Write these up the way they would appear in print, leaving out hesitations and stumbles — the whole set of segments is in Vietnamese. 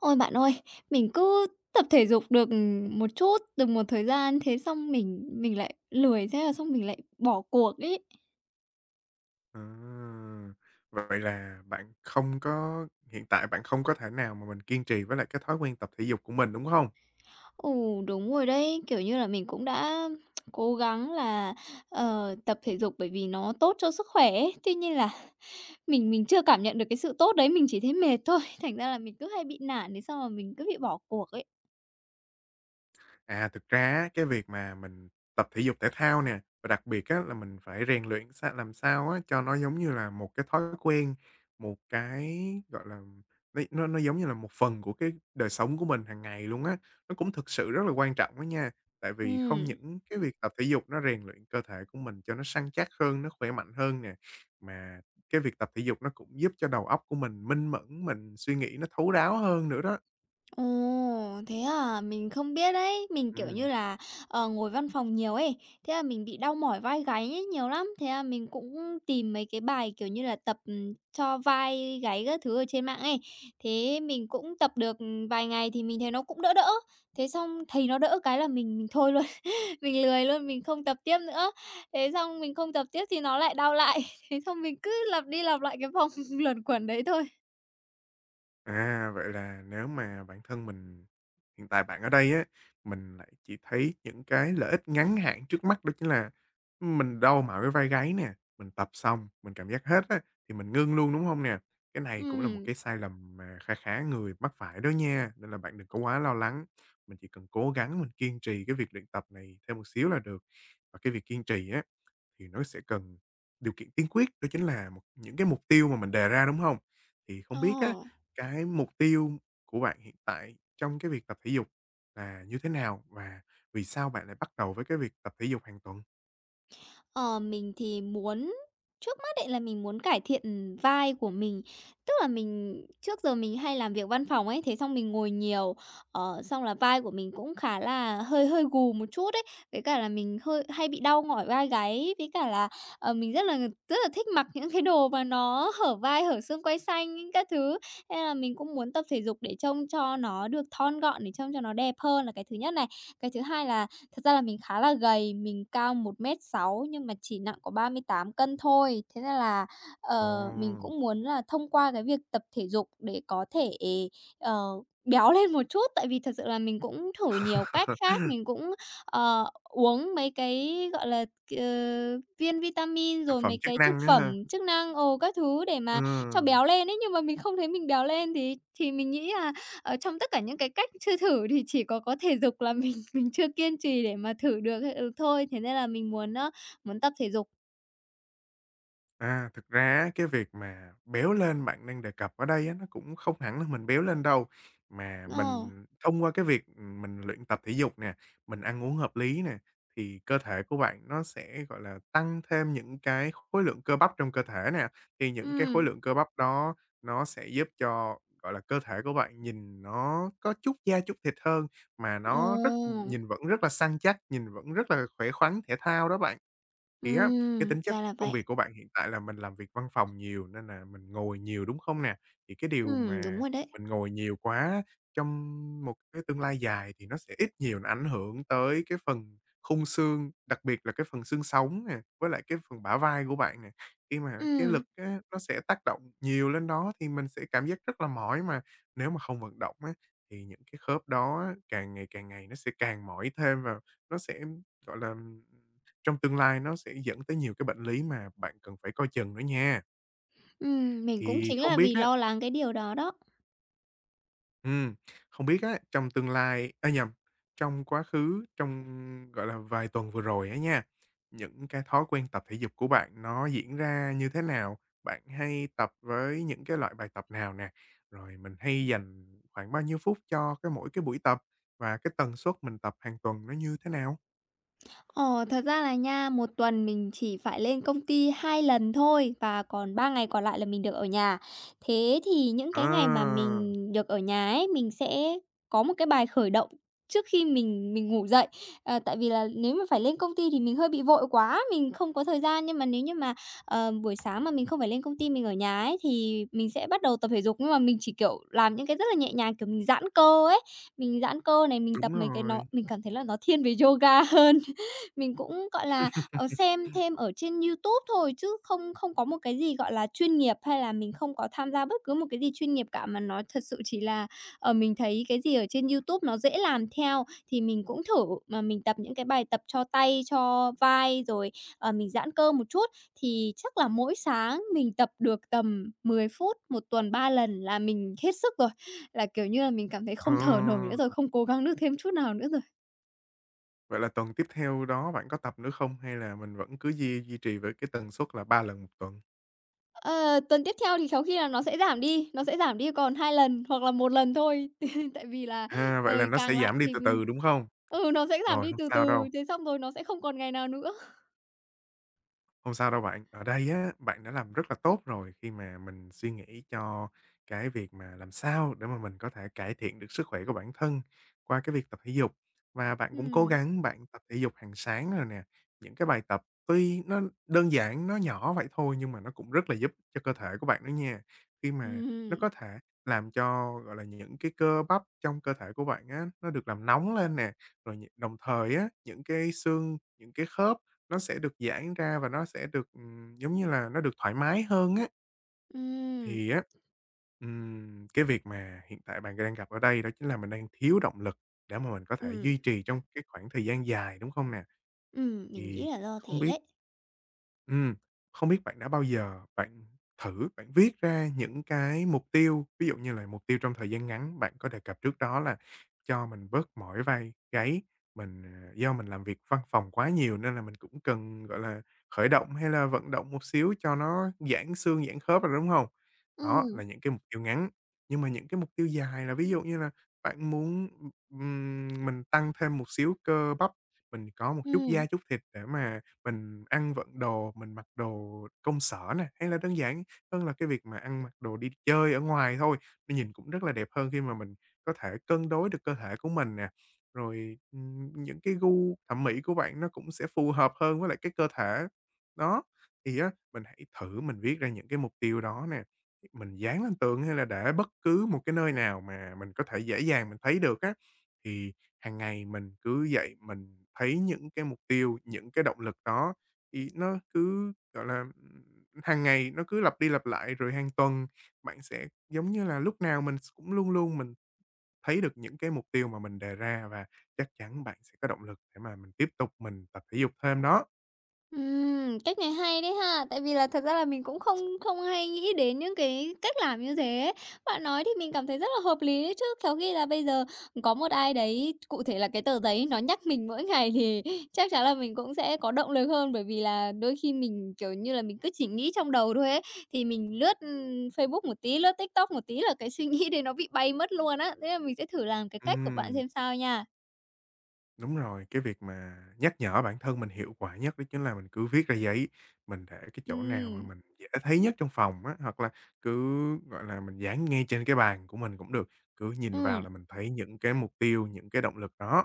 Ôi, bạn ơi, mình cứ tập thể dục được, một chút, được một thời gian, thế xong mình lại lười, thế là xong mình lại bỏ cuộc ấy. À, vậy là bạn không có hiện tại bạn không có thể nào mà mình kiên trì với lại cái thói quen tập thể dục của mình, đúng không? Ừ, đúng rồi đấy, kiểu như là, mình cũng đã cố gắng là, tập thể dục bởi vì nó tốt cho sức khỏe ấy, tuy nhiên là mình chưa cảm nhận được cái sự tốt đấy, mình chỉ thấy mệt thôi, thành ra là mình cứ hay bị nản, thế xong là mình cứ bị bỏ cuộc ấy. À, thực ra á, cái việc mà mình tập thể dục thể thao nè, và đặc biệt á là mình phải rèn luyện làm sao á cho nó giống như là một cái thói quen, một cái, gọi là, nó giống như là một phần của cái đời sống của mình hàng ngày luôn á. Nó cũng thực sự rất là quan trọng đó nha, tại vì không Ừm. những cái việc tập thể dục nó rèn luyện cơ thể của mình cho nó săn chắc hơn, nó khỏe mạnh hơn nè, mà cái việc tập thể dục nó cũng giúp cho đầu óc của mình minh mẫn, mình suy nghĩ nó thấu đáo hơn nữa đó. Ồ, thế à? Mình không biết đấy. Mình, kiểu như Ừm. là, ngồi văn phòng nhiều ấy, thế là mình bị đau mỏi vai gáy ấy nhiều lắm. Thế là mình cũng tìm mấy cái bài, kiểu như là, tập, cho vai gáy các thứ ở trên mạng ấy. Thế mình cũng tập được, vài ngày thì mình thấy nó cũng đỡ đỡ. Thế xong thấy nó đỡ cái là mình thôi luôn, mình lười luôn, mình không tập tiếp nữa. Thế xong mình không tập tiếp thì nó lại đau lại. Thế xong mình cứ lặp đi lặp lại cái vòng luẩn quẩn đấy thôi. À, vậy là nếu mà bản thân mình hiện tại bạn ở đây á, mình lại chỉ thấy những cái lợi ích ngắn hạn trước mắt đó chính là mình đau mỏi cái vai gáy nè, mình tập xong, mình cảm giác hết á, thì mình ngưng luôn, đúng không nè? Cái này cũng là một Ừ, cái sai lầm mà kha khá người mắc phải đó nha, nên là bạn đừng có quá lo lắng. Mình chỉ cần cố gắng mình kiên trì cái việc luyện tập này thêm một xíu là được. Và cái việc kiên trì á thì nó sẽ cần điều kiện tiên quyết đó chính là một những cái mục tiêu mà mình đề ra, đúng hông? Thì ờ. không biết á, cái mục tiêu của bạn hiện tại trong cái việc tập thể dục là như thế nào? Và vì sao bạn lại bắt đầu với cái việc tập thể dục hàng tuần? Ờ, mình thì muốn trước mắt ấy là mình muốn cải thiện vai của mình. Tức là mình trước giờ mình hay làm việc văn phòng ấy, thế xong mình ngồi nhiều, xong là vai của mình cũng khá là hơi hơi gù một chút ấy, với cả là mình hơi hay bị đau mỏi vai gáy, với cả là, mình rất là thích mặc những cái đồ mà nó hở vai, hở xương quai xanh những các thứ. Nên là mình cũng muốn tập thể dục để trông cho nó được thon gọn, để trông cho nó đẹp hơn là cái thứ nhất này. Cái thứ hai là, thật ra là mình khá là gầy, mình cao 1m60 nhưng mà chỉ nặng có 38 cân thôi. Thế nên là, Ồ! Mình cũng muốn là thông qua cái việc tập thể dục để có thể, ờ, béo lên một chút, tại vì thật sự là mình cũng thử nhiều cách khác, mình cũng, uống mấy cái, gọi là, ờ, viên vitamin Thực rồi phẩm mấy chức cái thực năng á phẩm ha? chức năng, ồ các thứ để mà cho Ừm. béo lên ấy, nhưng mà mình không thấy mình béo lên. Thì mình nghĩ là, trong tất cả những cái cách chưa thử thì chỉ có thể dục là mình chưa kiên trì để mà thử được thôi, thế nên là mình muốn á, muốn tập thể dục. À, thực ra á, cái việc mà béo lên bạn đang đề cập ở đây á, nó cũng không hẳn là mình béo lên đâu, mà Ờ, mình thông qua cái việc, mình luyện tập thể dục nè, mình ăn uống hợp lý nè, thì cơ thể của bạn nó sẽ, gọi là, tăng thêm những cái khối lượng cơ bắp trong cơ thể nè. Thì những cái khối ừm, lượng cơ bắp đó nó sẽ giúp cho, gọi là, cơ thể của bạn nhìn nó có chút da chút thịt hơn, mà ồ, nó rất nhìn vẫn rất là săn chắc, nhìn vẫn rất là khỏe khoắn, thể thao đó bạn. Thì á, cái tính chất ra là công vậy. việc của bạn hiện tại là mình làm việc văn phòng nhiều nên là mình ngồi nhiều, đúng không nè? Thì cái điều Đúng mà rồi đấy. mình ngồi nhiều quá trong một cái tương lai dài thì nó sẽ ít nhiều nó ảnh hưởng tới cái phần khung xương, đặc biệt là cái phần xương sống nè, với lại cái phần bả vai của bạn nè. Khi mà cái Ừm, lực á, nó sẽ tác động nhiều lên đó thì mình sẽ cảm giác rất là mỏi mà nếu mà không vận động á, thì những cái khớp đó á, càng ngày nó sẽ càng mỏi thêm và nó sẽ, gọi là, trong tương lai nó sẽ dẫn tới nhiều cái bệnh lý mà bạn cần phải coi chừng nữa nha. Mình cũng Thì chính không là biết vì á lo lắng cái điều đó đó. ừm, không biết á, trong tương lai à, nhầm, trong quá khứ, trong, gọi là, vài tuần vừa rồi á nha, những cái thói quen tập thể dục của bạn nó diễn ra như thế nào? Bạn hay tập với những cái loại bài tập nào nè? Rồi mình hay dành khoảng bao nhiêu phút cho cái mỗi cái buổi tập và cái tần suất mình tập hàng tuần nó như thế nào? Ờ, thật ra là nha, một tuần mình chỉ phải lên công ty 2 lần thôi và còn 3 ngày còn lại là mình được ở nhà. Thế thì những cái ngày mà À, mình được ở nhà ấy, mình sẽ có một cái bài khởi động trước khi mình ngủ dậy. Ờ, tại vì là nếu mà phải lên công ty thì mình hơi bị vội quá, mình không có thời gian, nhưng mà nếu như mà, buổi sáng mà mình không phải lên công ty, mình ở nhà ấy, thì mình sẽ bắt đầu tập thể dục. Nhưng mà mình chỉ, kiểu, làm những cái rất là nhẹ nhàng, kiểu, mình giãn cơ ấy, mình giãn cơ này, mình tập đúng mấy cái nó rồi. mình cảm thấy là nó thiên về yoga hơn. Mình cũng, gọi là, xem thêm ở trên YouTube thôi chứ không không có một cái gì, gọi là, chuyên nghiệp, hay là mình không có tham gia bất cứ một cái gì chuyên nghiệp cả, mà nó thật sự chỉ là, mình thấy cái gì ở trên YouTube nó dễ làm theo thì mình cũng thử. Mà mình tập những cái bài tập cho tay, cho vai rồi, mình giãn cơ một chút thì chắc là mỗi sáng mình tập được tầm 10 phút, một tuần 3 lần là mình hết sức rồi. Là, kiểu như là, mình cảm thấy Ờ. không thở nổi nữa rồi, không cố gắng được thêm chút nào nữa rồi. Vậy là tuần tiếp theo đó bạn có tập nữa không? Hay là mình vẫn cứ duy duy trì với cái tần suất là 3 lần một tuần? Ờ, tuần tiếp theo thì khéo khi là nó sẽ giảm đi, nó sẽ giảm đi còn 2 lần hoặc là một lần thôi. Tại vì là À, vậy là trời nó sẽ càng lạnh giảm đi thì từ mình từ, đúng không? Nó sẽ giảm Rồi, đi không từ sao từ, đâu. thế xong rồi nó sẽ không còn ngày nào nữa. Không sao đâu bạn. Ở đây á, bạn đã làm rất là tốt rồi khi mà mình suy nghĩ cho cái việc mà làm sao để mà mình có thể cải thiện được sức khỏe của bản thân qua cái việc tập thể dục. Và bạn cũng cố Ừm, gắng bạn tập thể dục hàng sáng rồi nè. Những cái bài tập tuy nó đơn giản, nó nhỏ vậy thôi nhưng mà nó cũng rất là giúp cho cơ thể của bạn đó nha. Khi mà nó ừm, có thể làm cho, gọi là, những cái cơ bắp trong cơ thể của bạn á, nó được làm nóng lên nè, rồi đồng thời á, những cái xương, những cái khớp nó sẽ được giãn ra và nó sẽ được, giống như là, nó được thoải mái hơn á. ừm, Thì á, cái việc mà hiện tại bạn đang gặp ở đây đó chính là mình đang thiếu động lực để mà mình có thể ừm, duy trì trong cái khoảng thời gian dài, đúng không nè? Mình Thì nghĩ là do không thế biết đấy. Ừm, không biết bạn đã bao giờ bạn thử bạn viết ra những cái mục tiêu, ví dụ như là mục tiêu trong thời gian ngắn, bạn có đề cập trước đó là cho mình bớt mỏi vai gáy, mình, do mình làm việc văn phòng quá nhiều nên là mình cũng cần, gọi là, khởi động hay là vận động một xíu cho nó giãn xương, giãn khớp rồi, đúng không? Đó Ừm. là những cái mục tiêu ngắn, nhưng mà những cái mục tiêu dài là ví dụ như là bạn muốn, mình tăng thêm một xíu cơ bắp, mình có một chút da chút thịt để mà mình ăn vận đồ, mình mặc đồ công sở nè, hay là đơn giản hơn là cái việc mà ăn mặc đồ đi chơi ở ngoài thôi. Nó nhìn cũng rất là đẹp hơn khi mà mình có thể cân đối được cơ thể của mình nè. Rồi, những cái gu thẩm mỹ của bạn nó cũng sẽ phù hợp hơn với lại cái cơ thể. Đó, thì á, mình hãy thử mình viết ra những cái mục tiêu đó nè, mình dán lên tường hay là để bất cứ một cái nơi nào mà mình có thể dễ dàng mình thấy được á, thì hàng ngày mình cứ dậy mình thấy những cái mục tiêu, những cái động lực đó thì nó cứ, gọi là, hàng ngày nó cứ lặp đi lặp lại, rồi hàng tuần bạn sẽ giống như là lúc nào mình cũng luôn luôn mình thấy được những cái mục tiêu mà mình đề ra và chắc chắn bạn sẽ có động lực để mà mình tiếp tục mình tập thể dục thêm đó. Cách này hay đấy ha, tại vì là thật ra là mình cũng không không hay nghĩ đến những cái cách làm như thế. Bạn nói thì mình cảm thấy rất là hợp lý đấy chứ, khéo khi là bây giờ có một ai đấy, cụ thể là cái tờ giấy nó nhắc mình mỗi ngày thì chắc chắn là mình cũng sẽ có động lực hơn, bởi vì là đôi khi mình, kiểu như là, mình cứ chỉ nghĩ trong đầu thôi ấy, thì mình lướt, Facebook một tí, lướt TikTok một tí là cái suy nghĩ đấy nó bị bay mất luôn á. Thế là mình sẽ thử làm cái cách của bạn Ừm. xem sao nha. Đúng rồi, cái việc mà nhắc nhở bản thân mình hiệu quả nhất đó chính là mình cứ viết ra giấy, mình để cái chỗ nào mà Ừm, mình dễ thấy nhất trong phòng á, hoặc là cứ, gọi là, mình dán ngay trên cái bàn của mình cũng được, cứ nhìn vào ừm, là mình thấy những cái mục tiêu, những cái động lực đó.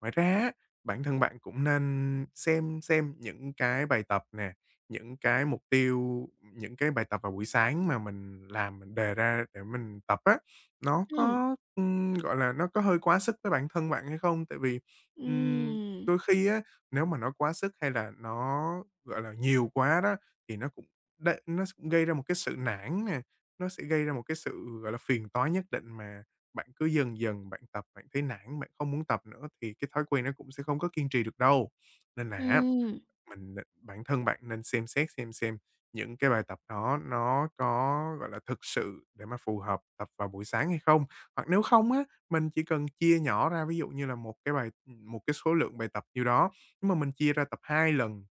Ngoài ra á, bản thân bạn cũng nên xem những cái bài tập nè, những cái mục tiêu, những cái bài tập vào buổi sáng mà mình làm, mình đề ra để mình tập á, nó ừm, có, gọi là, nó có hơi quá sức với bản thân bạn hay không? Tại vì Ừm, ừm, đôi khi á, nếu mà nó quá sức hay là nó, gọi là, nhiều quá đó, thì nó cũng nó cũng gây ra một cái sự nản nè, nó sẽ gây ra một cái sự, gọi là, phiền toái nhất định mà bạn cứ dần dần bạn tập, bạn thấy nản, bạn không muốn tập nữa thì cái thói quen nó cũng sẽ không có kiên trì được đâu. Nên là á ừm. mình định bản thân bạn nên xem xét xem những cái bài tập đó nó có, gọi là, thực sự để mà phù hợp tập vào buổi sáng hay không? Hoặc nếu không á, mình chỉ cần chia nhỏ ra, ví dụ như là một cái số lượng bài tập nhiêu đó, nhưng mà mình chia ra tập 2 lần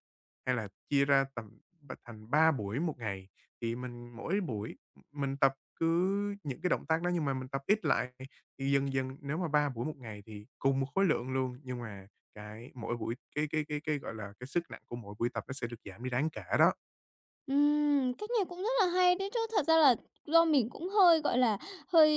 hay là chia ra tầm thành 3 buổi một ngày, thì mình mỗi buổi mình tập cứ những cái động tác đó nhưng mà mình tập ít lại, thì dần dần nếu mà 3 buổi một ngày thì cùng một khối lượng luôn, nhưng mà cái mỗi buổi cái, gọi là, cái sức nặng của mỗi buổi tập nó sẽ được giảm đi đáng kể đó. Cách này cũng rất là hay đấy chứ. Thật ra là do mình cũng hơi, gọi là, hơi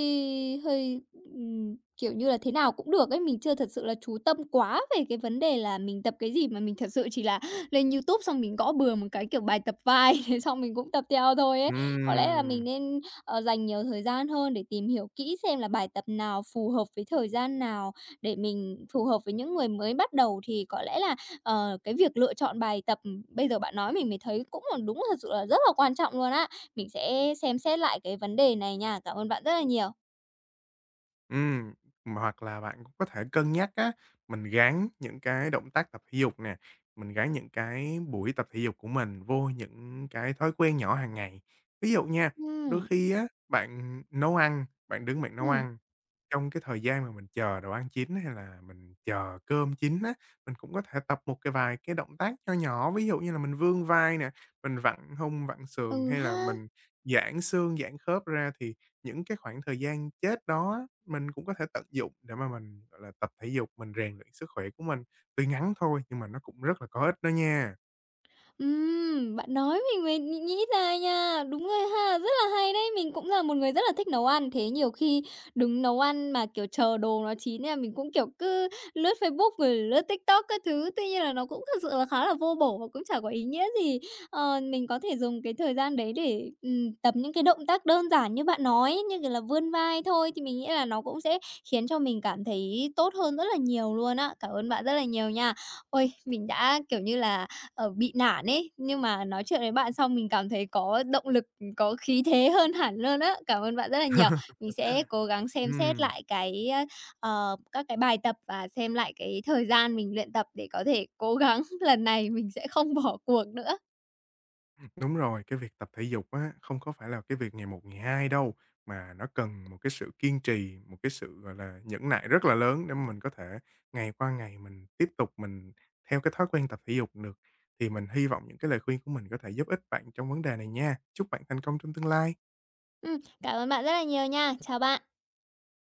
hơi, ừm, kiểu như là, thế nào cũng được ấy, mình chưa thật sự là chú tâm quá về cái vấn đề là mình tập cái gì, mà mình thật sự chỉ là lên YouTube xong mình gõ bừa một cái, kiểu, bài tập vai, thế xong mình cũng tập theo thôi ấy. Có lẽ là Ừm, mình nên, dành nhiều thời gian hơn để tìm hiểu kỹ xem là bài tập nào phù hợp với thời gian nào để mình phù hợp với những người mới bắt đầu thì có lẽ là cái việc lựa chọn bài tập, bây giờ bạn nói mình mới thấy cũng là đúng thật sự là rất là quan trọng luôn á. Mình sẽ xem xét lại cái vấn đề này nha. Cảm ơn bạn rất là nhiều. ừm, mà hoặc là bạn cũng có thể cân nhắc á, mình gắn những cái động tác tập thể dục nè, mình gắn những cái buổi tập thể dục của mình vô những cái thói quen nhỏ hàng ngày. Ví dụ nha, đôi Ừm, khi á, bạn nấu ăn, bạn đứng bạn nấu ừm, ăn trong cái thời gian mà mình chờ đồ ăn chín hay là mình chờ cơm chín á, mình cũng có thể tập một cái vài cái động tác nho nhỏ, ví dụ như là mình vươn vai nè, mình vặn hông, vặn sườn ừ hay là ha. mình giãn xương, giãn khớp ra. Thì những cái khoảng thời gian chết đó á, mình cũng có thể tận dụng để mà mình, gọi là, tập thể dục, mình rèn luyện sức khỏe của mình. Tuy ngắn thôi nhưng mà nó cũng rất là có ích đó nha. Bạn nói mình mới nghĩ nghĩ ra nha. Đúng rồi ha, rất là hay đấy. Mình cũng là một người rất là thích nấu ăn, thế nhiều khi đứng nấu ăn mà, kiểu, chờ đồ nó chín nên mình cũng, kiểu, cứ lướt Facebook rồi lướt TikTok các thứ. Tuy nhiên là nó cũng thực sự là khá là vô bổ và cũng chả có ý nghĩa gì. Ờ, mình có thể dùng cái thời gian đấy để, tập những cái động tác đơn giản như bạn nói, như kiểu là vươn vai thôi, thì mình nghĩ là nó cũng sẽ khiến cho mình cảm thấy tốt hơn rất là nhiều luôn á. Cảm ơn bạn rất là nhiều nha. Ôi, mình đã, kiểu như là bị nản ấy, nhưng mà nói chuyện với bạn xong mình cảm thấy có động lực, có khí thế hơn hẳn luôn á. Cảm ơn bạn rất là nhiều. Mình sẽ cố gắng xem xét Ừm. lại cái, các cái bài tập và xem lại cái thời gian mình luyện tập để có thể cố gắng lần này mình sẽ không bỏ cuộc nữa. Đúng rồi, cái việc tập thể dục á, không có phải là cái việc ngày một ngày hai đâu, mà nó cần một cái sự kiên trì, một cái sự, gọi là, nhẫn nại rất là lớn để mà mình có thể ngày qua ngày mình tiếp tục mình theo cái thói quen tập thể dục được. Thì mình hy vọng những cái lời khuyên của mình có thể giúp ích bạn trong vấn đề này nha. Chúc bạn thành công trong tương lai. Cảm ơn bạn rất là nhiều nha. Chào bạn.